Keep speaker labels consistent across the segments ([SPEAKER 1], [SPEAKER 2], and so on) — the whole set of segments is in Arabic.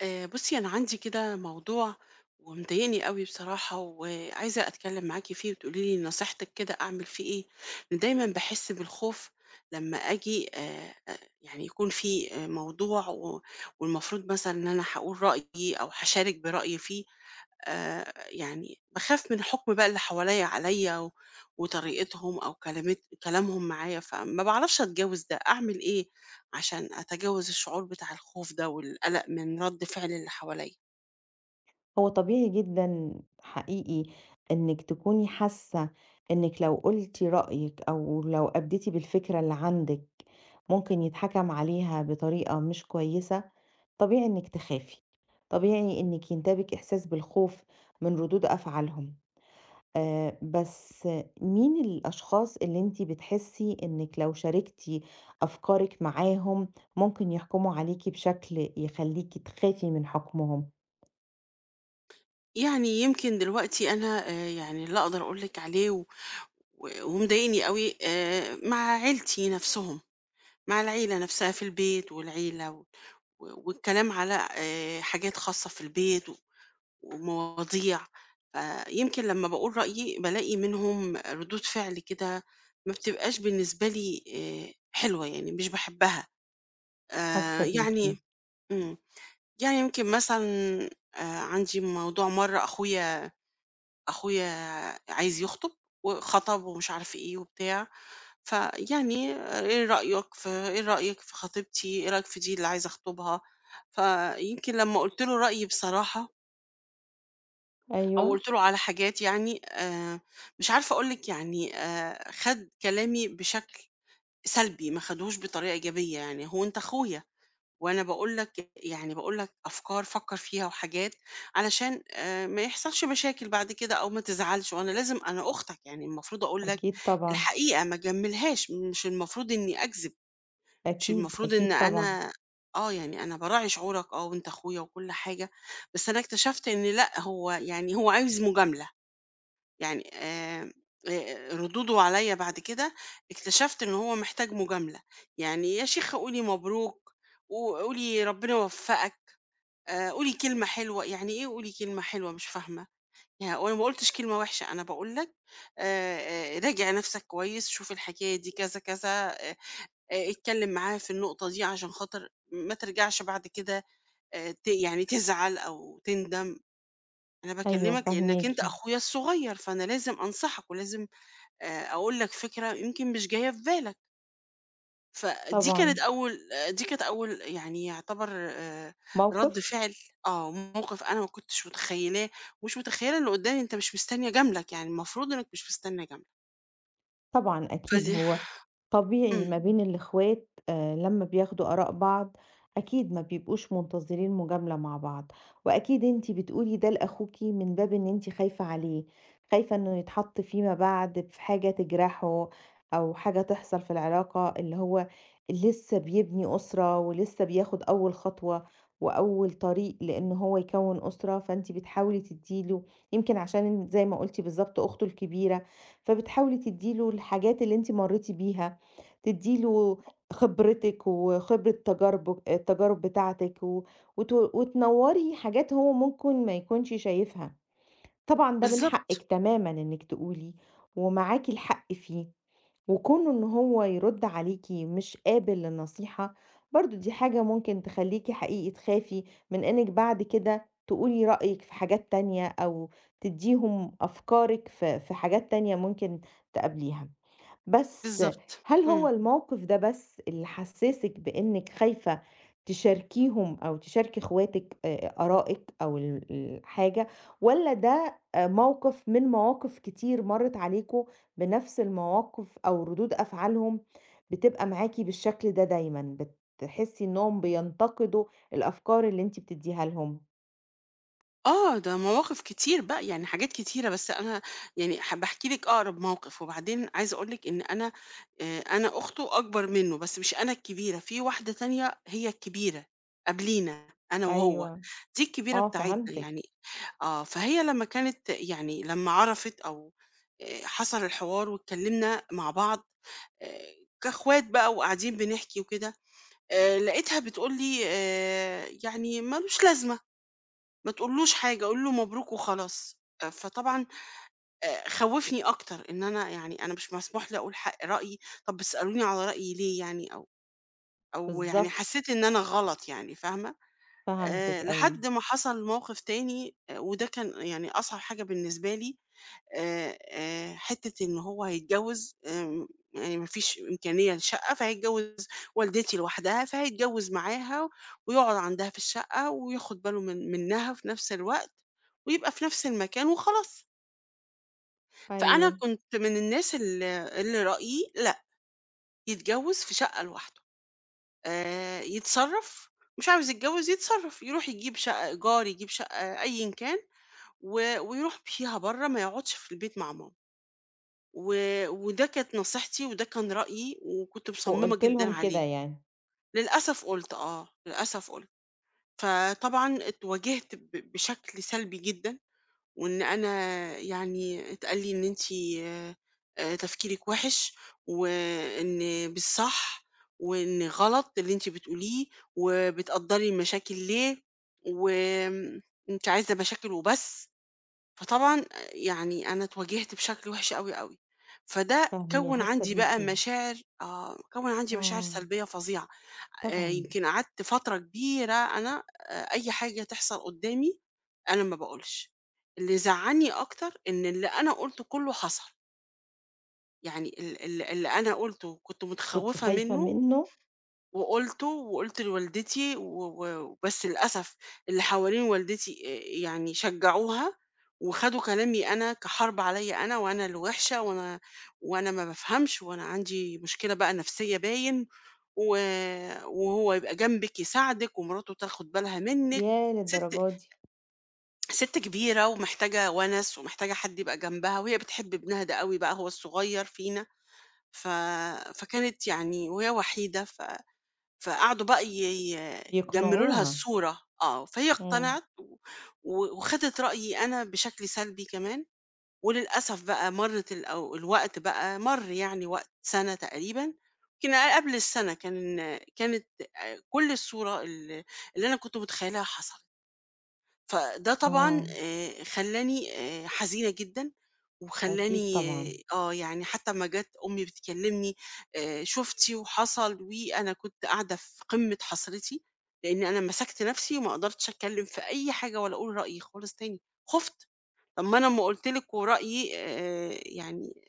[SPEAKER 1] بصي أنا عندي كده موضوع ومضايقني قوي بصراحة وعايزة أتكلم معاكي فيه وتقولي لي نصيحتك كده أعمل فيه إيه. أنا دايما بحس بالخوف لما أجي يعني يكون في موضوع والمفروض مثلا إن أنا هقول رأيي أو هشارك برأيي فيه. يعني بخاف من الحكم بقى اللي حواليا عليا وطريقتهم أو كلمت كلامهم معايا، فما بعرفش أتجاوز ده أعمل إيه عشان أتجاوز الشعور بتاع الخوف ده والقلق من رد فعل اللي حواليا.
[SPEAKER 2] هو طبيعي جدًا حقيقي إنِّك تكوني حاسة إنِّك لو قُلتِ رأيِك أو لو أبديتِ بالفكرة اللي عندِك ممكن يتحكم عليها بطريقة مش كويسة، طبيعي إنِّك تخافي، طبيعي إنِّك ينتابِك إحساس بالخوف من ردود أفعالهم. بس مين الأشخاص اللي أنتِ بتحسي إنِّك لو شاركتِ أفكارِك معاهم ممكن يحكموا عليكِ بشكل يخلّيكِ تخافي من حكمهم؟
[SPEAKER 1] يعني يمكن دلوقتي أنا يعني اللي أقدر أقولك عليه ومضايقني قوي، مع عيلتي نفسهم، مع العيلة نفسها في البيت والعيلة والكلام على حاجات خاصة في البيت ومواضيع. يمكن لما بقول رأيي بلاقي منهم ردود فعل كده ما بتبقاش بالنسبة لي، آه، حلوة، يعني مش بحبها. آه،
[SPEAKER 2] حاسة بيكِ.
[SPEAKER 1] يعني مم. يعني يمكن مثلًا عندي موضوع مرّة. أخويا أخويا عايز يخطب، وخطب ومش عارف إيه وبتاع، فيعني إيه رأيك في خطيبتي، إيه رأيك في دي اللي عايز أخطبها؟ فيمكن لمّا قُلت له رأيي بصراحة أو
[SPEAKER 2] أيوه.
[SPEAKER 1] قُلت له على حاجات، يعني مش عارفة أقول لِك، يعني خَد كلامي بشكل سلبي، ما خدهوش بطريقة إيجابية يعني، هو أنت أخويا. وأنا باقول لك، يعني باقول لك أفكار فكّر فيها وحاجات علشان ما يحصلش مشاكل بعد كده أو ما تزعلش، وأنا لازم، أنا أختك يعني المفروض أقول لك
[SPEAKER 2] أكيد طبعًا،
[SPEAKER 1] الحقيقة ما أجمّلهاش، مش المفروض إني أكذب، مش
[SPEAKER 2] أكيد،
[SPEAKER 1] المفروض إن
[SPEAKER 2] أكيد طبعًا،
[SPEAKER 1] أنا يعني أنا باراعي شعورك، آه وأنت أخويا وكل حاجة، بس أنا اكتشفت إن لأ، هو يعني هو عايز مجاملة. يعني ردوده عليَّ بعد كده اكتشفت إن هو محتاج مجاملة، يعني يا شيخة قولي مبروك، و قولي ربنا يوفقك، قولي كلمة حلوة، يعني إيه قولي كلمة حلوة مش فاهمة؟ هو أنا ما قُلتش كلمة وحشة، أنا باقول لك راجع نفسك كويس، شوف الحكاية دي كذا كذا، اتكلم معاه في النقطة دي عشان خاطر ما ترجعش بعد كده، ت يعني تزعل أو تندم، أنا
[SPEAKER 2] أيوه
[SPEAKER 1] باكلمك لإنك
[SPEAKER 2] فاهماكِ،
[SPEAKER 1] أنت أخويا الصغير، فأنا لازم أنصحك ولازم أقول لك فكرة يمكن مش جاية في بالك. فدي كانت
[SPEAKER 2] طبعًا.
[SPEAKER 1] أول دي كانت أول، يعني يعتبر، رَد
[SPEAKER 2] موقف؟
[SPEAKER 1] فعل، موقف أنا ما كنتش متخيّلاه، ومش متخيّلة اللي قدّامي أنت مش مستني أجاملك، يعني المفروض إنّك مش مستني أجاملك،
[SPEAKER 2] طبعًا أكيد
[SPEAKER 1] فدي.
[SPEAKER 2] هو طبيعي
[SPEAKER 1] إمم،
[SPEAKER 2] ما بين الإخوات آه، لما بياخدوا آراء بعض أكيد ما بيبقوش منتظرين مجاملة مع بعض وأكيد انتي بتقولي ده لأخوكي من باب ان انتي خايفة عليه خايفة انه يتحط فيما بعد في حاجة تجرحه أو حاجة تحصل في العلاقة اللي هو لسه بيبني أسرة ولسه بياخد أول خطوة وأول طريق لأن هو يكون أسرة فانتي بتحاولي تديله يمكن عشان زي ما قلتي بالظبط أخته الكبيرة فبتحاولي تديله الحاجات اللي انتي مريتي بيها تدّي له خبرتِك وخبرة تجاربك التجارب بتاعتِك و وتنوّري حاجات هو ممكن ما يكونش شايفها. طبعًا ده من حقِك
[SPEAKER 1] بالضبط.
[SPEAKER 2] تمامًا إنِّك تقولي ومعاكِ الحق فيه، وكونه إن هو يرُد عليكِ مش قابل للنصيحة، برضه دي حاجة ممكن تخلّيكِ حقيقي تخافي من إنِّك بعد كده تقولي رأيِك في حاجات تانية أو تدّيهم أفكارِك في حاجات تانية ممكن تقابليها. بس
[SPEAKER 1] بالضبط،
[SPEAKER 2] هل
[SPEAKER 1] إمم.
[SPEAKER 2] هو الموقف ده بس اللي حسّسِك بإنِّك خايفة تشاركيهم أو تشاركي أخواتِك آرائِك أو الحاجة، والّا ده موقف من مواقف كتير مرّت عليكم بنفس المواقف أو ردود أفعالهم بتبقى معاكِ بالشكل ده دايمًا، بتحسّي إنّهم بينتقدوا الأفكار اللي أنتِ بتدّيها لهم؟
[SPEAKER 1] آه، ده مواقف كتير بقى، يعني حاجات كتيرة، بس أنا يعني حابة أحكي لِك أقرب موقف، وبعدين عايزة أقول لِك إن أنا، أنا أخته أكبر منه، بس مش أنا الكبيرة، في واحدة تانية هي الكبيرة قبلينا أنا وهو،
[SPEAKER 2] أيوه،
[SPEAKER 1] دي الكبيرة
[SPEAKER 2] آه
[SPEAKER 1] بتاعتنا يعني.
[SPEAKER 2] فهمتِك،
[SPEAKER 1] آه، فهي لمّا كانت، يعني لمّا عرفت أو حصل الحوار واتكلمنا مع بعض، آآ، كأخوات بقى وقاعدين بنحكي وكده، لقيتها بتقول لي يعني ما لوش لازمة. ما تقولّوش حاجة، قُل له مبروك وخلاص. فطبعًا خوّفني أكتر إن أنا، يعني أنا مش مسموح لي أقول حق رأيي، طَب بتسألوني على رأيي ليه يعني، أو أو يعني
[SPEAKER 2] بالضبط،
[SPEAKER 1] حسّيت إن أنا غلط يعني، فاهمة؟
[SPEAKER 2] فهمتِك أيوه،
[SPEAKER 1] لحد ما حصل موقِف تاني وده كان يعني أصعب حاجة بالنسبة لي، حتّة إن هو هيتجوّز، يعني ما فيش إمكانية لشقة، فهيتجوّز، والدتي لوحدها، فهيتجوّز معاها ويقعد عندها في الشقة وياخُد باله من منّها في نفس الوقت ويبقى في نفس المكان وخلاص. فأنا
[SPEAKER 2] أيوه،
[SPEAKER 1] كنت من الناس اللي رأيي لأ، يتجوّز في شقة لوحده، يتصرّف، مش عاوز يتجوّز يتصرّف، يروح يجيب شقة إيجار، يجيب شقة أيًا كان ويروح فيها برّه، ما يقعدش في البيت مع ماما. و وده كانت نصيحتي وده كان رأيي وكنت مصممة
[SPEAKER 2] وقُلتِ
[SPEAKER 1] جدًا
[SPEAKER 2] لهم كده
[SPEAKER 1] عليه.
[SPEAKER 2] يعني.
[SPEAKER 1] للأسف قُلت، آه، للأسف قُلت. فطبعًا اتواجهت بشكل سلبي جدًا، وإن أنا يعني اتقال لي إن أنتِ تفكيرِك وِحِش، وإن مش صح، وإن غلط اللي أنتِ بتقوليه، وبتقدّري المشاكل ليه، وآمم أنتِ عايزة مشاكل وبس. فطبعًا يعني أنا اتواجهت بشكل وِحِش أوي أوي، فده
[SPEAKER 2] فاهماه،
[SPEAKER 1] كوّن
[SPEAKER 2] حاسة
[SPEAKER 1] عندي بقى
[SPEAKER 2] بيكِ،
[SPEAKER 1] مشاعر، آه، كوّن عندي مشاعر
[SPEAKER 2] آه،
[SPEAKER 1] سلبية فظيعة،
[SPEAKER 2] طبعًا،
[SPEAKER 1] يمكن قعدت فترة كبيرة أنا، أي حاجة تحصل قدّامي أنا ما باقولش، اللي يزعّلني أكتر إن اللي أنا قُلته كُلّه حصل، يعني ال ال اللي أنا قُلته وكنت
[SPEAKER 2] كنتِ
[SPEAKER 1] متخوّفة
[SPEAKER 2] خايفة
[SPEAKER 1] منّه
[SPEAKER 2] منه،
[SPEAKER 1] وقُلته وقُلت لوالدتي و و بس للأسف اللي حوالين والدتي يعني شجّعوها وخدوا كلامي أنا كحرب عليّا، أنا وأنا اللي وِحشة وأنا وأنا ما بافهمش وأنا عندي مشكلة بقى نفسيّة باين و وهو يبقى جنبِك يساعدِك ومراته تاخُد بالها منِّك،
[SPEAKER 2] ياه
[SPEAKER 1] سِت
[SPEAKER 2] للدرجة دي!
[SPEAKER 1] سِت كبيرة ومحتاجة وَنَس ومحتاجة حد يبقى جنبها وهي بتحب ابنها ده أوي بقى هو الصغيّر فينا، ف فكانت يعني وهي وحيدة فقعدوا بقى ي ي يجمّلوا لها
[SPEAKER 2] يقنعوها،
[SPEAKER 1] الصورة، آه، فهي
[SPEAKER 2] إمم.
[SPEAKER 1] اقتنعت و و وخدت رأيي أنا بشكل سلبي كمان، وللأسف بقى مرِّت الوقت بقى مَر يعني، وقت سَنة تقريبًا، يمكن أقل قبل السَنة كان كانت كل الصورة اللي أنا كنت متخيّلاها حصلت. فده طبعًا
[SPEAKER 2] آه،
[SPEAKER 1] خلّاني، حزينة جدًا،
[SPEAKER 2] أكيد
[SPEAKER 1] وخلّاني،
[SPEAKER 2] طبعًا،
[SPEAKER 1] يعني حتى أمّا جات أمي بتكلمني، شُفتِ وحصل، وأنا كنت قاعدة في قمة حسرتي، لإن أنا مسكت نفسي وما قدرتش أتكلم في أي حاجة ولا أقول رأيي خالص تاني، خُفت، طَب ما أنا أمّا قُلت لِك ورأيي، يعني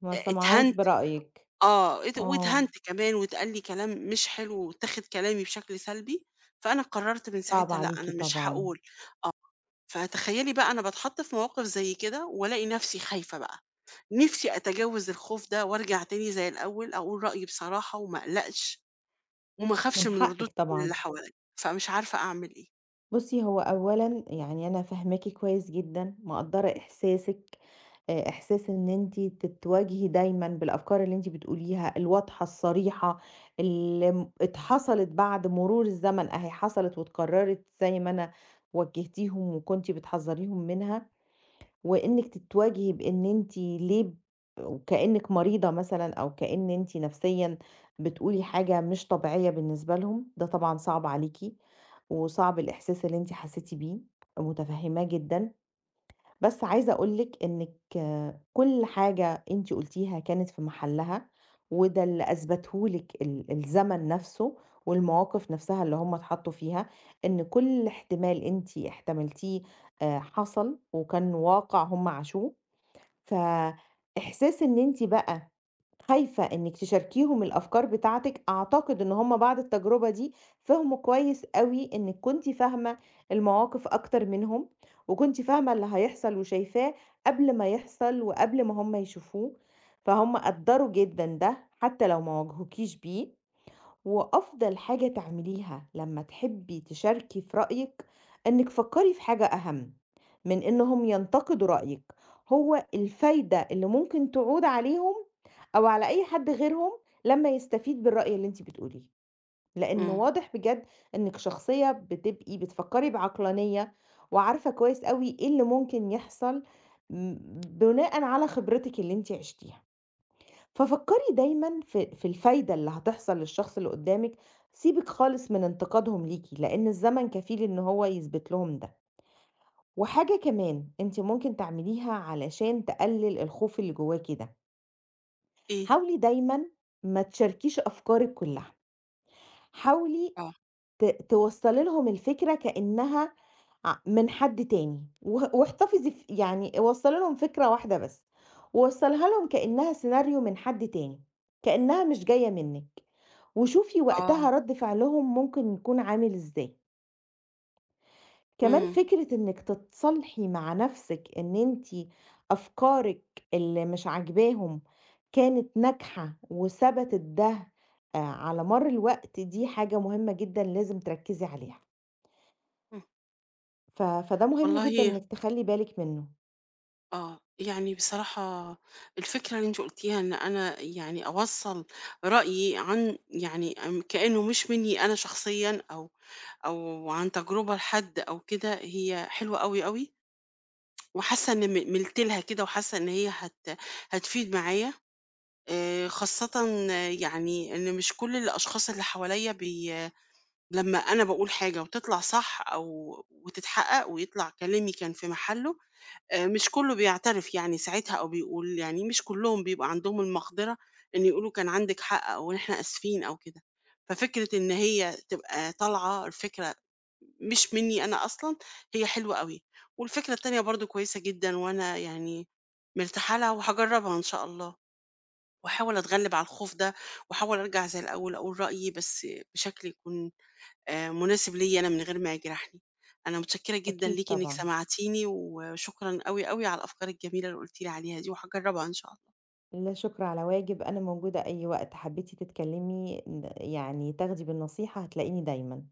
[SPEAKER 2] ما
[SPEAKER 1] أ
[SPEAKER 2] سمعوش
[SPEAKER 1] اتهنت
[SPEAKER 2] برأيِك،
[SPEAKER 1] آه، ات
[SPEAKER 2] آه،
[SPEAKER 1] واتهنت كمان واتقال لي كلام مش حلو واتاخد كلامي بشكل سلبي، فأنا قررت من
[SPEAKER 2] صعب
[SPEAKER 1] ساعتها لأ،
[SPEAKER 2] عليكِ
[SPEAKER 1] أنا مش
[SPEAKER 2] طبعًا،
[SPEAKER 1] هاقول. فتخيّلي بقى أنا باتحط في مواقف زي كده وألاقي نفسي خايفة بقى، نِفْسي أتجاوز الخوف ده وأرجع تاني زي الأول، أقول رأيي بصراحة وما أقلقش وما أخافش
[SPEAKER 2] من
[SPEAKER 1] من ردود
[SPEAKER 2] حقِك
[SPEAKER 1] فعل
[SPEAKER 2] طبعًا.
[SPEAKER 1] اللي حواليّا، فمش عارفة أعمل إيه.
[SPEAKER 2] بُصّي، هو أولًا يعني أنا فاهماكِ كويس جدًا، مقدّرة إحساسِك، إحساس إن أنتِ تتواجهي دايمًا بالأفكار اللي أنتِ بتقوليها الواضحة الصريحة، اللي اتحصلت بعد مرور الزمن أهي حصلت واتكررت زي ما أنا وجّهتيهم وكنتِ بتحذّريهم منها، وإنِّك تتواجهي بإن أنتِ ليه ب وكأنِّك مريضة مثلًا أو كأن أنتِ نفسيًا بتقولي حاجة مش طبيعية بالنسبة لهم، ده طبعًا صعب عليكِ، وصعب الإحساس اللي أنتِ حسيتِ بيه، متفهماه جدًا. بس عايزة أقول لِك إنِّك آه، كل حاجة أنتِ قُلتيها كانت في محلّها، وده اللي أثبته لِك الزمن نَفْسه والمواقف نَفْسها اللي هم اتحطّوا فيها، إن كل احتمال أنتِ احتملتيه حصل وكان واقع هم عاشوه، فإحساس إن أنتِ بقى خايفة إنِّك تشاركيهم الأفكار بتاعتِك، أعتقد إن هُم بعد التجربة دي فهموا كويس أوي إنِّك كنتِ فاهمة المواقف أكتر منهم، وكنتِ فاهمة اللي هيحصل وشايفاه قبل ما يحصل وقبل ما هُم يشوفوه، فهُم قدّروا جدًا ده حتى لو ما واجهوكيش بيه. وأفضل حاجة تعمليها لما تحبي تشاركي في رأيِك إنِك فكري في حاجة أهم من إنهم ينتقدوا رأيِك، هو الفايدة اللي ممكن تعود عليهم أو على أي حد غيرهم لما يستفيد بالرأي اللي أنتِ بتقوليه، لأن
[SPEAKER 1] إمم.
[SPEAKER 2] واضح بجد إنِك شخصية بتبقي بتفكري بعقلانية وعارفة كويس أوي إيه اللي ممكن يحصل م- بناءً على خبرتِك اللي أنتِ عشتيها. ففكّري دايمًا في الفايدة اللي هتحصل للشخص اللي قدّامِك، سيبِك خالص من انتقادهم ليكِ، لإن الزمن كفيل إن هو يثبت لهم ده. وحاجة كمان أنتِ ممكن تعمليها علشان تقلل الخوف اللي جواكِ ده،
[SPEAKER 1] إيه؟
[SPEAKER 2] حاولي دايمًا ما تشاركيش أفكارِك كلّها، حاولي
[SPEAKER 1] آه.
[SPEAKER 2] توصّلي لهم الفكرة كإنها من حد تاني، و واحتفظي ف يعني وصّلي لهم فكرة واحدة بس، ووصّليها لهم كإنها سيناريو من حد تاني، كإنها مش جاية منِّك. وشوفي
[SPEAKER 1] آه.
[SPEAKER 2] وقتها رد فعلهم ممكن يكون عامل إزاي. كمان
[SPEAKER 1] إمم.
[SPEAKER 2] فكرة إنِّك تتصالحي مع نَفْسِك إن أنتِ أفكارِك اللي مش عاجباهم كانت ناجحة وثبتت ده على مَر الوقت، دي حاجة مهمة جدًا لازم تركّزي عليها.
[SPEAKER 1] إمم.
[SPEAKER 2] فده مهم
[SPEAKER 1] والله،
[SPEAKER 2] جدًا إنِّك تخلّي بالِك منّه.
[SPEAKER 1] آه، يعني بصراحة الفكرة اللي أنتِ قُلتيها إن أنا يعني أوصّل رأيي عن يعني، كإنه مش منّي أنا شخصيًا، أو أو عن تجربة لحد أو كده، هي حلوة أوي أوي. وحاسة إن مِلت لها كده، وحاسة إن هي هتفيد معايا، خاصةً، آه، يعني إن مش كل الأشخاص اللي حواليّا لمّا أنا باقول حاجة وتطلع صح أو وتتحقق ويطلع كلامي كان في محله، مش كُلّه بيعترف يعني ساعتها، أو بيقول يعني مش كُلّهم بيبقى عندهم المقدرة إن يقولوا كان عندِك حق أو إحنا آسفين أو كده، ففكرة إن هي تبقى طالعة الفكرة مش مني أنا أصلًا، هي حلوة أوي، والفكرة التانية برضه كويسة جدًا، وأنا يعني مرتاحة لها وهاجرّبها إن شاء الله، واحاول أتغلب على الخوف ده، واحاول أرجع زي الأول أقول رأيي، بس بشكل يكون مناسب ليّا أنا من غير ما يجرحني. أنا متشكرة جدًا
[SPEAKER 2] أكيد
[SPEAKER 1] ليكِ إنِّك
[SPEAKER 2] طبعًا،
[SPEAKER 1] سمعتيني، وشكرًا أوي أوي على الأفكار الجميلة اللي قُلتِ لي عليها دي، وهاجرّبها إن شاء الله.
[SPEAKER 2] لا شُكر على واجب، أنا موجودة أي وقت حبّيتِ تتكلّمي يعني تاخدي بالنصيحة هتلاقيني دايمًا.